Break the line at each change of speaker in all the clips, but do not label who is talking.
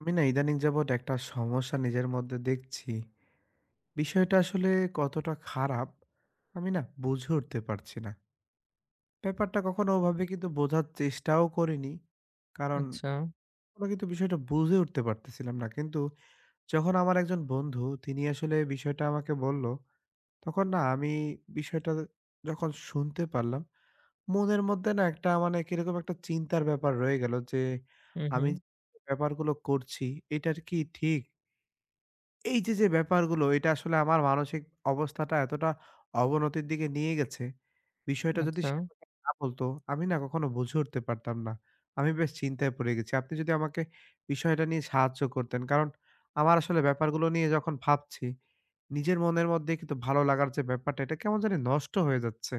আমি না ইদানিং যাবৎ একটা সমস্যা নিজের মধ্যে দেখছি। বিষয়টা আসলে কতটা খারাপ আমি না বুঝে উঠতে পারছি না। ব্যাপারটা কখনো ওভাবে কিন্তু বোঝার চেষ্টাও করিনি। কারণ
আচ্ছা।
কখনো কিন্তু বিষয়টা বুঝে উঠতে পারতেছিলাম না। কিন্তু যখন আমার একজন বন্ধু তিনি আসলে বিষয়টা আমাকে বলল, তখন না আমি বিষয়টা যখন শুনতে পারলাম, মনের মধ্যে না একটা মানে কিরকম একটা চিন্তার ব্যাপার রয়ে গেল যে,
হুম,
আমি
হুম।
যে ব্যাপারগুলো করছি, এটার কি ঠিক? এই যে, যে ব্যাপারগুলো এটা আসলে আমার মানসিক অবস্থাটা এতটা অবনতির দিকে নিয়ে গেছে, বিষয়টা যদি
আচ্ছা।
সে আমাকে না বলতো, আমি না কখনো বুঝে উঠতে পারতাম না। আমি বেশ চিন্তায় পড়ে গেছি। আপনি যদি আমাকে বিষয়টা নিয়ে সাহায্য করতেন। কারণ আমার আসলে ব্যাপারগুলো নিয়ে যখন ভাবছি, নিজের মনের মধ্যে কিন্তু ভালো লাগার যে ব্যাপারটা, এটা কেমন জানি নষ্ট হয়ে যাচ্ছে।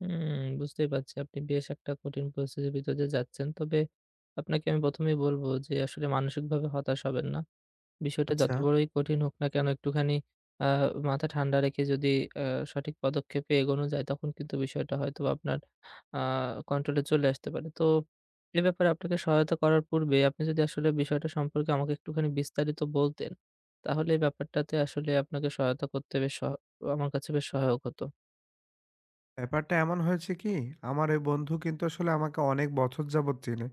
হুম, বুঝতেই পারছি আপনি বেশ একটা কঠিন পরিস্থিতির ভিতর দিয়ে যাচ্ছেন। তবে আপনাকে আমি ১ম এই বলব যে আসলে মানসিকভাবে হতাশ হবেন না। বিষয়টা যত
আচ্ছা।
বড়ই কঠিন হোক না কেন একটুখানি আ মাথা ঠান্ডা রেখে যদি আ সঠিক পদক্ষেপে এগোনো যায় তখন কিন্তু বিষয়টা হয়তোবা আপনার আ কন্ট্রোলে চলে আসতে পারে। তো এ ব্যাপারে আপনাকে সহায়তা করার পূর্বে আপনি যদি আসলে বিষয়টা সম্পর্কে আমাকে একটুখানি বিস্তারিত বলতেন, তাহলে এই ব্যাপারটাতে আসলে আপনাকে সহায়তা করতে বেশ সহ আমার কাছে বেশ সহায়ক হতো।
ব্যাপারটা এমন হয়েছে কি, আমার ওই বন্ধু কিন্তু আসলে আমাকে অনেক বছর যাবৎ চেনে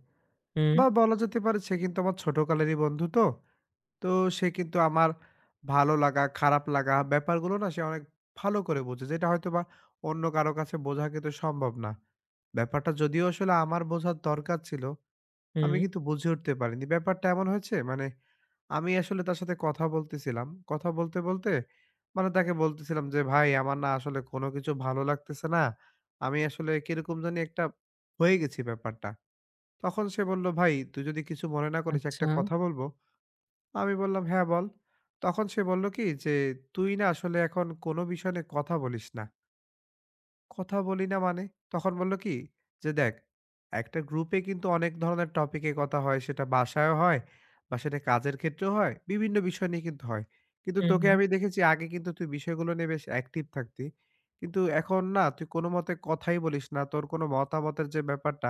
হুম,
বা বলা যেতে পারে সে কিন্তু আমার ছোটকালেরই বন্ধু তো। তো সে কিন্তু আমার ভালো লাগা, খারাপ লাগা ব্যাপারগুলো না সে অনেক ভালো করে বোঝে। যেটা হয়তোবা অন্য কারো কাছে বোঝা কিন্তু সম্ভব না। ব্যাপারটা যদিও আসলে আমার বোঝার দরকার ছিল, আমি
হুম,
কিন্তু বুঝে উঠতে পারিনি। ব্যাপারটা এমন হয়েছে মানে আমি আসলে তার সাথে কথা বলতেছিলাম। কথা বলতে, বলতে মানে তাকে বলতেছিলাম যে, "ভাই আমার না আসলে কোনো কিছু ভালো লাগতেছে না। আমি আসলে কিরকম জানি একটা হয়ে গেছি ব্যাপারটা।" তখন সে বলল, "ভাই তুই যদি কিছু মনে না করিস একটা
আচ্ছা।
কথা বলবো?" আমি বললাম, "হ্যাঁ, বল।" তখন সে বলল কি যে, "তুই না আসলে এখন কোনো বিষয় নিয়ে কথা বলিস না। কথা বলি না মানে? তখন বলল কি যে, "দেখ একটা গ্রুপে কিন্তু অনেক ধরনের টপিকে কথা হয়। সেটা বাসায়ও হয় বা সেটা কাজের ক্ষেত্রেও হয়। বিভিন্ন বিষয় নিয়ে কিন্তু হয়। কিন্তু
হুম,
তোকে
হুম,
আমি দেখেছি আগে কিন্তু তুই বিষয়গুলো নিয়ে বেশ অ্যাক্টিভ থাকতি। কিন্তু এখন না তুই কোনোমতে কথাই বলিস না। তোর কোনো মতামতের যে ব্যাপারটা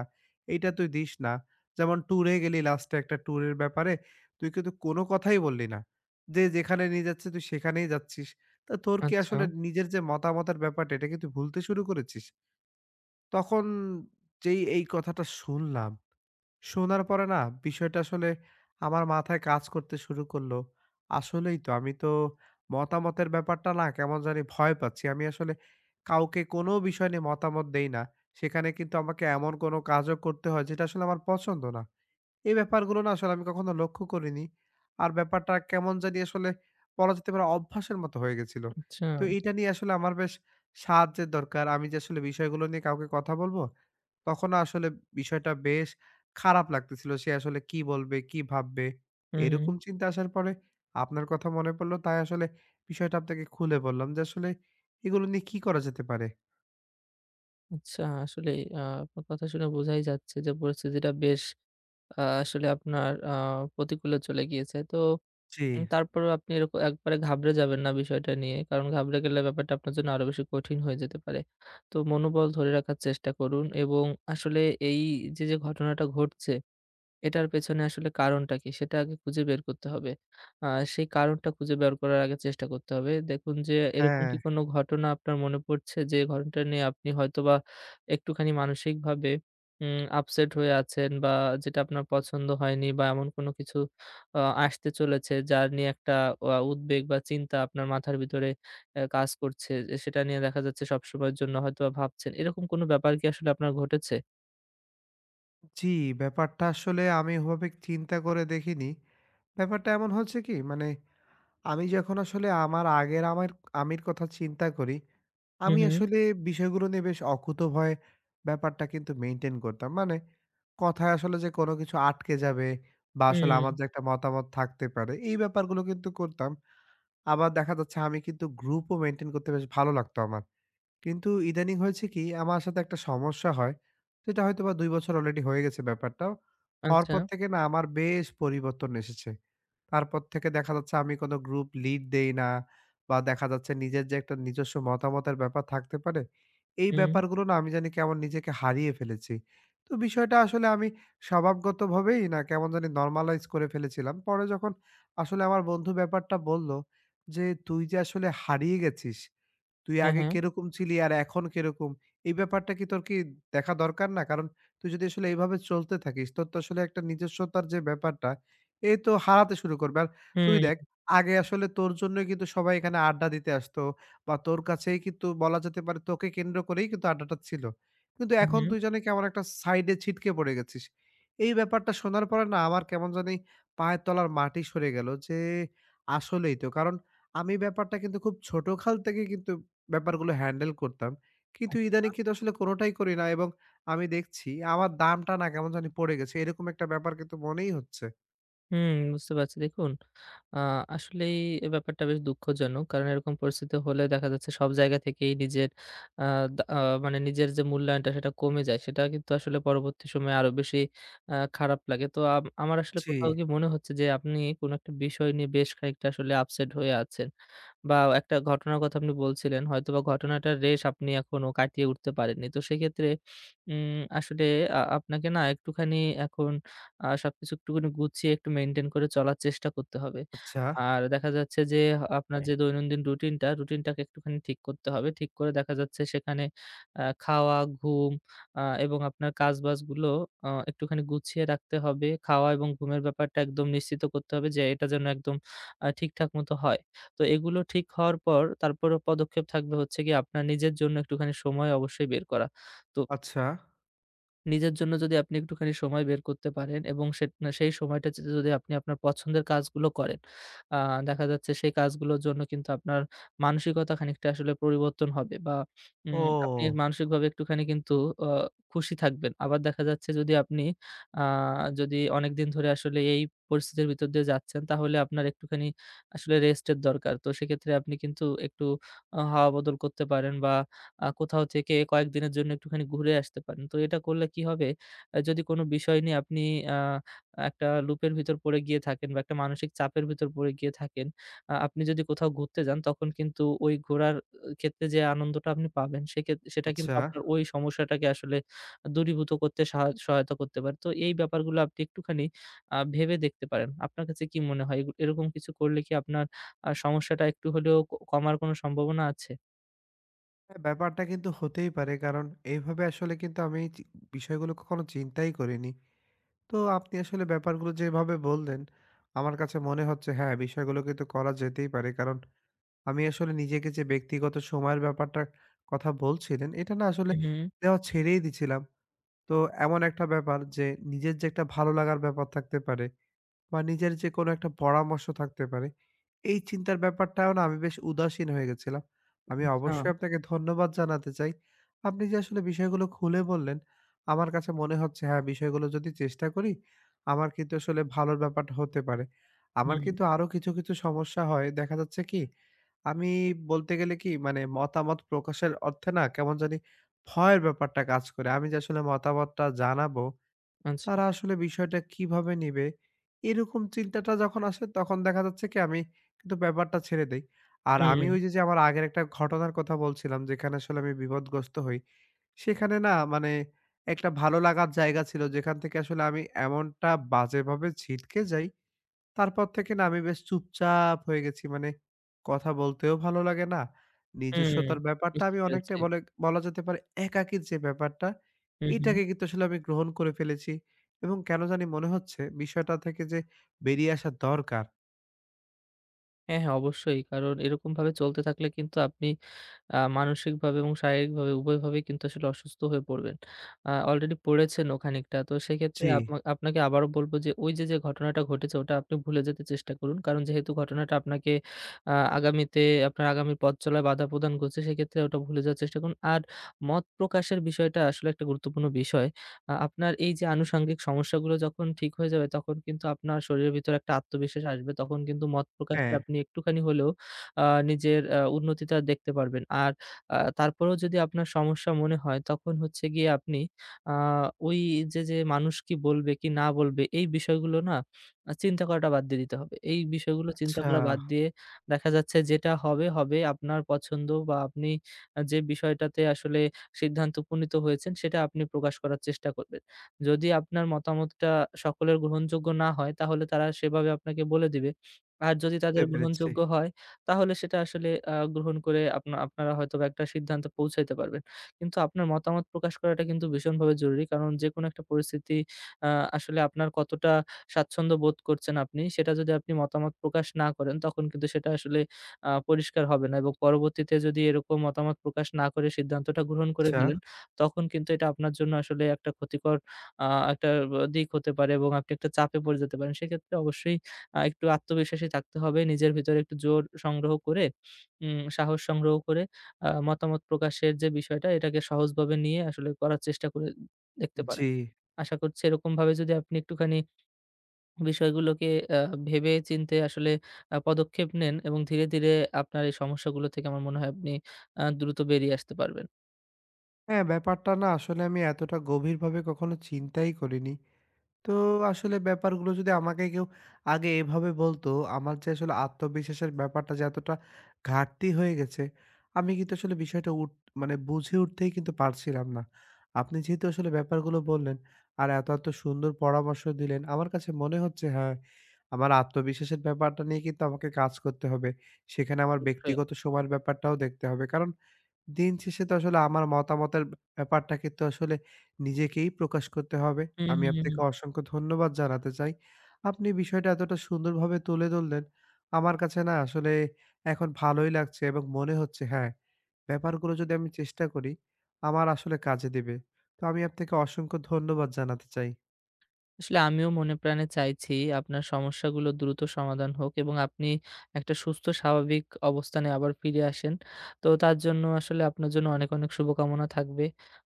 এইটা তুই দিস না। যেমন ট্যুরে গেলি লাস্টে একটা ট্যুরের ব্যাপারে তুই কিন্তু কোনো কথাই বললি না। যে যেখানে নিয়ে যাচ্ছে তুই সেখানেই যাচ্ছিস। তা তোর কি
আচ্ছা,
আসলে নিজের যে মতামতের ব্যাপারটা এটা কি তুই ভুলতে শুরু করেছিস? তখন যেই এই কথাটা শুনলাম, শোনার পরে না বিষয়টা আসলে আমার মাথায় কাজ করতে শুরু করলো। আসলেই তো আমি তো মতামতের ব্যাপারটা না কেমন জানি ভয় পাচ্ছি। আমি আসলে কাউকে কোনো বিষয় নিয়ে মতামত দেই না। সেখানে কিন্তু আমাকে এমন কোনো কাজও করতে হয় যেটা আসলে আমার পছন্দ না। এই ব্যাপারগুলো না আসলে আমি কখনো লক্ষ্য করিনি। আর ব্যাপারটা কেমন জানি আসলে বলা যেতে পারে অভ্যাসের মতো হয়ে গেছিল।
আচ্ছা।
তো এটা নিয়ে আসলে আমার বেশ সাহায্যের দরকার। আমি যে আসলে বিষয়গুলো নিয়ে কাউকে কথা বলবো, তখন না আসলে বিষয়টা বেশ খারাপ লাগতেছিল। সে আসলে কি বলবে, কি ভাববে?
হুম, হুম,
এরকম চিন্তা আসার পরে আপনার কথা মনে পড়লো। তাই আসলে বিষয়টা আপনাকে খুলে বললাম যে আসলে এগুলো নিয়ে কি করা যেতে পারে?
আচ্ছা। আসলেই আপনার কথা শুনে বোঝাই যাচ্ছে যে পরিস্থিতিটা বেশ আসলে আপনার প্রতিকূলে চলে গিয়েছে। তো
জি।
তারপরেও আপনি একবারে ঘাবড়ে যাবেন না বিষয়টা নিয়ে। কারণ ঘাবড়ে গেলে ব্যাপারটা আপনার জন্য আরো বেশি কঠিন হয়ে যেতে পারে। তো মনোবল ধরে রাখার চেষ্টা করুন এবং আসলে এই যে ঘটনাটা ঘটছে এটার পেছনে আসলে কারণটা কি? সেটা আগে খুঁজে বের করতে হবে। আ সেই কারণটা খুঁজে বের করার আগে চেষ্টা করতে হবে। দেখুন যে এরকম
হ্যাঁ,
কি কোনো ঘটনা আপনার মনে পড়ছে? যে ঘটনাটা নিয়ে আপনি হয়তোবা একটুখানি মানসিকভাবে আপসেট হয়ে আছেন বা যেটা আপনার পছন্দ হয়নি বা এমন কোনো কিছু আ আসতে চলেছে যার নিয়ে একটা উদ্বেগ বা চিন্তা আপনার মাথার ভিতরে কাজ করছে। এ সেটা নিয়ে দেখা যাচ্ছে সবসময়ের জন্য হয়তোবা ভাবছেন। এরকম কোনো ব্যাপার কি আসলে আপনার ঘটেছে?
জি ব্যাপারটা আসলে আমি ওভাবে চিন্তা করে দেখিনি। ব্যাপারটা এমন হচ্ছে কি মানে আমি যখন আসলে আমার আগের আমার আমির কথা চিন্তা করি,
হু,
আমি
হু।
আসলে বিষয়গুলো নিয়ে বেশ অকুতোভয় ব্যাপারটা কিন্তু মেইনটেইন করতাম। মানে কথায় আসলে যে কোনো কিছু আটকে যাবে বা আসলে আমার যে
হুম।
একটা মতামত থাকতে পারে, এই ব্যাপারগুলো কিন্তু করতাম। আবার দেখা যাচ্ছে আমি কিন্তু গ্রুপও মেইনটেইন করতে বেশ ভালো লাগতো আমার। কিন্তু ইদানিং হয়েছে কি আমার সাথে একটা সমস্যা হয়। যেটা হয়তোবা ২ বছর অলরেডি হয়ে গেছে ব্যাপারটা। হওয়ার
আচ্ছা।
পর থেকে না আমার বেশ পরিবর্তন এসেছে। তারপর থেকে দেখা যাচ্ছে আমি কোনো গ্রুপ লিড দেই না বা দেখা যাচ্ছে নিজের যে একটা নিজস্ব মতামতের ব্যাপার থাকতে পারে, এই
হুম।
ব্যাপারগুলো না আমি জানি কেমন নিজেকে হারিয়ে ফেলেছি। তো বিষয়টা আসলে আমি স্বভাবগতভাবেই না কেমন জানি নরমালাইজ করে ফেলেছিলাম। পরে যখন আসলে আমার বন্ধু ব্যাপারটা বলল যে, "তুই যে আসলে হারিয়ে গেছিস" তুই
হ্যাঁ,
আগে
হ্যাঁ।
কিরকম ছিলি আর এখন কিরকম? এই ব্যাপারটা কি তোর কি দেখা দরকার না? কারণ তুই যদি আসলে এভাবে চলতে থাকিস, তোর তো আসলে একটা নিজস্বতার যে ব্যাপারটা, এ তো হারাতে শুরু করবে। আর তুই
হুম,
দেখ, আগে আসলে তোর জন্যই কিন্তু সবাই এখানে আড্ডা দিতে আসতো বা তোর কাছেই কিন্তু বলা যেতে পারে তোকে কেন্দ্র করেই কিন্তু আড্ডাটা ছিল। কিন্তু এখন
হুম,
তুই জানি কেমন একটা সাইডে ছিটকে পড়ে গেছিস। এই ব্যাপারটা শোনার পরে না আমার কেমন জানি পায়ের তলার মাটি সরে গেল যে আসলেই তো। কারণ আমি ব্যাপারটা কিন্তু খুব ছোট খাল থেকে কিন্তু ব্যাপারগুলো হ্যান্ডেল করতাম। কিন্তু
আচ্ছা।
ইদানিং কিন্তু আসলে কোনটাই করি না এবং আমি দেখছি আমার দামটা না কেমন জানি পড়ে গেছে। এরকম একটা ব্যাপার কিন্তু মনেই হচ্ছে।
হুম, বুঝতে পারছি। দেখুন, আ আসলেই এ ব্যাপারটা বেশ দুঃখজনক। কারণ এরকম পরিস্থিতি হলে দেখা যাচ্ছে সব জায়গা থেকেই নিজের আ দা আ মানে নিজের যে মূল্যায়নটা সেটা কমে যায়। সেটা কিন্তু আসলে পরবর্তী সময়ে আরো বেশি খারাপ লাগে। তো আমার আসলে
জি,
কোথাও গিয়ে মনে হচ্ছে যে আপনি কোনো একটা বিষয় নিয়ে বেশ খানিকটা আসলে আপসেট হয়ে আছেন। বা একটা ঘটনার কথা আপনি বলছিলেন, হয়তোবা ঘটনাটার রেশ আপনি এখনো কাটিয়ে উঠতে পারেননি। তো সেক্ষেত্রে আসলে আপনাকে না একটুখানি এখন সবকিছু একটুখানি গুছিয়ে একটু মেইনটেইন করে চলার চেষ্টা করতে হবে।
আচ্ছা,
আর দেখা যাচ্ছে যে আপনার যে দৈনন্দিন রুটিনটা, রুটিনটাকে একটুখানি ঠিক করতে হবে। ঠিক করে দেখা যাচ্ছে সেখানে খাওয়া, ঘুম এবং আপনার কাজবাজগুলো একটুখানি গুছিয়ে রাখতে হবে। খাওয়া এবং ঘুমের ব্যাপারটা একদম নিশ্চিত করতে হবে যে এটা যেন একদম ঠিকঠাক মতো হয়। তো এগুলো ঠিক হওয়ার পর তারপরে পদক্ষেপ থাকবে হচ্ছে গিয়ে আপনার নিজের জন্য একটুখানি সময় অবশ্যই বের করা। তো
আচ্ছা।
নিজের জন্য যদি আপনি একটুখানি সময় বের করতে পারেন এবং সেই সময়টাতে যদি যদি আপনি আপনার পছন্দের কাজগুলো করেন, আ দেখা যাচ্ছে সেই কাজগুলোর জন্য কিন্তু আপনার মানসিকতা খানিকটা আসলে পরিবর্তন হবে বা আপনি
ও!
মানসিকভাবে একটুখানি কিন্তু আ খুশি থাকবেন। আবার দেখা যাচ্ছে যদি আপনি আ যদি অনেকদিন ধরে আসলে এই পরিস্থিতির ভিতর দিয়ে যাচ্ছেন, তাহলে আপনার একটুখানি আসলে রেস্টের দরকার। তো সেক্ষেত্রে আপনি কিন্তু একটু হাওয়া বদল করতে পারেন বা কোথাও থেকে কয়েকদিনের জন্য একটুখানি ঘুরে আসতে পারেন। তো এটা করলে কি হবে, যদি কোনো বিষয় নিয়ে আপনি আ একটা লুপের ভিতর পড়ে গিয়ে থাকেন বা একটা মানসিক চাপের ভিতর পড়ে গিয়ে থাকেন, আপনি যদি কোথাও ঘুরতে যান তখন কিন্তু ওই ঘোরার ক্ষেত্রে যে আনন্দটা আপনি পাবেন সেটা কিন্তু
আচ্ছা।
আপনার ওই সমস্যাটাকে আসলে দূরীভূত করতে সহায়তা করতে পারে। তো এই ব্যাপারগুলো আপনি একটুখানি ভেবে দেখতে পারেন। আপনার কাছে কি মনে হয়? এরকম কিছু করলে কি আপনার সমস্যাটা একটু হলেও কমার কোনো সম্ভাবনা আছে?
হ্যাঁ, ব্যাপারটা কিন্তু হতেই পারে। কারণ এইভাবে আসলে কিন্তু আমি এই চি বিষয়গুলো কখনো চিন্তাই করিনি। তো আপনি আসলে ব্যাপারগুলো যেভাবে বললেন, আমার কাছে মনে হচ্ছে হ্যাঁ, বিষয়গুলো কিন্তু করা যেতেই পারে। কারণ আমি আসলে নিজেকে যে ব্যক্তিগত সময়ের ব্যাপারটার কথা বলছিলেন, এটা না আসলে
হু, হু।
দেওয়া ছেড়েই দিছিলাম। তো এমন একটা ব্যাপার যে নিজের যে একটা ভালো লাগার ব্যাপার থাকতে পারে, বা নিজের যে কোনো একটা পরামর্শ থাকতে পারে, এই চিন্তার ব্যাপারটাও না আমি বেশ উদাসীন হয়ে গেছিলাম। আমি
আচ্ছা।
অবশ্যই আপনাকে ধন্যবাদ জানাতে চাই। আপনি যে আসলে বিষয়গুলো খুলে বললেন, আমার কাছে মনে হচ্ছে হ্যাঁ, বিষয়গুলো যদি চেষ্টা করি, আমার কিন্তু আসলে ভালোর ব্যাপারটা হতে পারে। আমার
হুম,
কিন্তু আরো কিছু সমস্যা হয়। দেখা যাচ্ছে কি, আমি বলতে গেলে কি মানে মতামত প্রকাশের অর্থে না কেমন জানি ভয়ের ব্যাপারটা কাজ করে। আমি যে আসলে মতামতটা জানাবো
আচ্ছা।
তারা আসলে বিষয়টা কিভাবে নিবে? এরকম চিন্তাটা যখন আসে তখন দেখা যাচ্ছে কি আমি কিন্তু ব্যাপারটা ছেড়ে দেই। আর আমি
হুম,
ওই যে, যে আমার আগের একটা ঘটনার কথা বলছিলাম যেখানে আসলে আমি বিপদগ্রস্ত হই। সেখানে না মানে একটা ভালো লাগার জায়গা ছিল যেখান থেকে আসলে আমি এমনটা বাজেভাবে ছিটকে যাই তারপর থেকে না আমি বেশ চুপচাপ হয়ে গেছি। মানে কথা বলতেও ভালো লাগে না।
হুম।
নিজস্বতার ব্যাপারটা
বুঝতে
আমি
পেরেছি।
অনেকটাই বলে বলা যেতে পারে একাকীর যে ব্যাপারটা,
হুম, হুম।
এটাকে কিন্তু আসলে আমি গ্রহণ করে ফেলেছি এবং কেন জানি মনে হচ্ছে বিষয়টা থেকে যে বেরিয়ে আসা দরকার।
হ্যাঁ, হ্যাঁ, অবশ্যই। কারণ এরকমভাবে চলতে থাকলে কিন্তু আপনি মানসিকভাবে এবং শারীরিকভাবে উভয়ভাবেই কিন্তু আসলে অসুস্থ হয়ে পড়বেন। অলরেডি পড়েছেনও খানিকটা। তো সেক্ষেত্রে
জি।
আপনাকে আবারও বলব যে ওই যে ঘটনাটা ঘটেছে ওটা আপনি ভুলে যেতে চেষ্টা করুন। কারণ যেহেতু ঘটনাটা আপনাকে আগামীতে আপনার আগামী পথ চলায় বাধা প্রদান করছে সেক্ষেত্রে ওটা ভুলে যাওয়ার চেষ্টা করুন। আর মত প্রকাশের বিষয়টা আসলে একটা গুরুত্বপূর্ণ বিষয়। আপনার এই যে আনুষঙ্গিক সমস্যাগুলো যখন ঠিক হয়ে যাবে তখন কিন্তু আপনার শরীরের ভিতরে একটা আত্মবিশ্বাস আসবে। তখন কিন্তু মত প্রকাশে
হ্যাঁ।
আপনি একটুখানি হলেও আ নিজের উন্নতিটা দেখতে পারবেন। আর তারপরেও যদি আপনার সমস্যা মনে হয় তখন হচ্ছে গিয়ে আপনি আ ওই যে মানুষ কি বলবে কি না বলবে এই বিষয়গুলো না চিন্তা করাটা বাদ দিয়ে দিতে হবে। এই বিষয়গুলো চিন্তা
আচ্ছা,
করা বাদ দিয়ে দেখা যাচ্ছে যেটা হবে, হবে। আপনার পছন্দ বা আপনি যে বিষয়টাতে আসলে সিদ্ধান্ত উপনীত হয়েছেন সেটা আপনি প্রকাশ করার চেষ্টা করবেন। যদি আপনার মতামতটা সকলের গ্রহণযোগ্য না হয় তাহলে তারা সেভাবে আপনাকে বলে দিবে। আর যদি তাদের
বুঝতে পেরেছি।
গ্রহণযোগ্য হয় তাহলে সেটা আসলে গ্রহণ করে আপনারা হয়তোবা একটা সিদ্ধান্তে পৌঁছাইতে পারবেন। কিন্তু আপনার মতামত প্রকাশ করাটা কিন্তু ভীষণভাবে জরুরি। কারণ যেকোনো একটা পরিস্থিতি আ আসলে আপনার কতটা স্বাচ্ছন্দ্য বোধ করছেন আপনি, সেটা যদি আপনি মতামত প্রকাশ না করেন, তখন কিন্তু সেটা আসলে পরিষ্কার হবে না এবং পরবর্তীতে যদি এরকম মতামত প্রকাশ না করে সিদ্ধান্তটা গ্রহণ করে
আচ্ছা।
ফেলেন, তখন কিন্তু এটা আপনার জন্য আসলে একটা ক্ষতিকর আ একটা দিক হতে পারে এবং আপনি একটা চাপে পড়ে যেতে পারেন। সেক্ষেত্রে অবশ্যই একটু আত্মবিশ্বাসী থাকতে হবে। নিজের ভিতরে একটু জোর সংগ্রহ করে, সাহস সংগ্রহ করে মতামত প্রকাশের যে বিষয়টা, এটাকে সহজভাবে নিয়ে আসলে করার চেষ্টা করে দেখতে পারেন।
জি।
আশা করছি এরকমভাবে যদি আপনি একটুখানি বিষয়গুলোকে আ ভেবে চিন্তে আসলে পদক্ষেপ নেন এবং ধীরে, ধীরে আপনার এই সমস্যাগুলো থেকে আমার মনে হয় আপনি দ্রুত বেরিয়ে আসতে পারবেন।
হ্যাঁ, ব্যাপারটা না আসলে আমি এতটা গভীরভাবে কখনো চিন্তাই করিনি। তো আসলে ব্যাপারগুলো যদি আমাকে কেউ আগে এভাবে বলতো, আমার যে আসলে আত্মবিশ্বাসের ব্যাপারটা যে এতটা ঘাটতি হয়ে গেছে, আমি কিন্তু আসলে বিষয়টা উঠ মানে বুঝে উঠতেই কিন্তু পারছিলাম না। আপনি যেহেতু আসলে ব্যাপারগুলো বললেন, আর এত সুন্দর পরামর্শ দিলেন, আমার কাছে মনে হচ্ছে হ্যাঁ, আমার আত্মবিশ্বাসের ব্যাপারটা নিয়ে কিন্তু আমাকে কাজ করতে হবে। সেখানে আমার
আসলেই।
ব্যক্তিগত সময়ের ব্যাপারটাও দেখতে হবে। কারণ দিন শেষে তো আসলে আমার মতামতের ব্যাপারটা কিন্তু আসলে নিজেকেই প্রকাশ করতে হবে।
হুম,
আমি
হুম,
আপনাকে
হুম।
অসংখ্য ধন্যবাদ জানাতে চাই। আপনি বিষয়টা এতটা সুন্দরভাবে তুলে ধরলেন। আমার কাছে না আসলে এখন ভালোই লাগছে এবং মনে হচ্ছে হ্যাঁ, ব্যাপারগুলো যদি আমি চেষ্টা করি, আমার আসলে কাজে দিবে। তো আমি আপনাকে অসংখ্য ধন্যবাদ জানাতে চাই।
আসলে আমিও মনে প্রাণে চাইছি আপনার সমস্যাগুলো দ্রুত সমাধান হোক এবং আপনি একটা সুস্থ স্বাভাবিক অবস্থানে আবার ফিরে আসেন। তো তার জন্য আসলে আপনার জন্য অনেক, অনেক শুভকামনা থাকবে।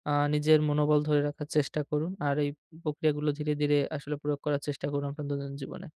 নিজের মনোবল ধরে রাখার চেষ্টা করুন। আর এই প্রক্রিয়াগুলো ধীরে, ধীরে আসলে প্রয়োগ করার চেষ্টা করুন আপনার দৈনন্দিন জীবনে।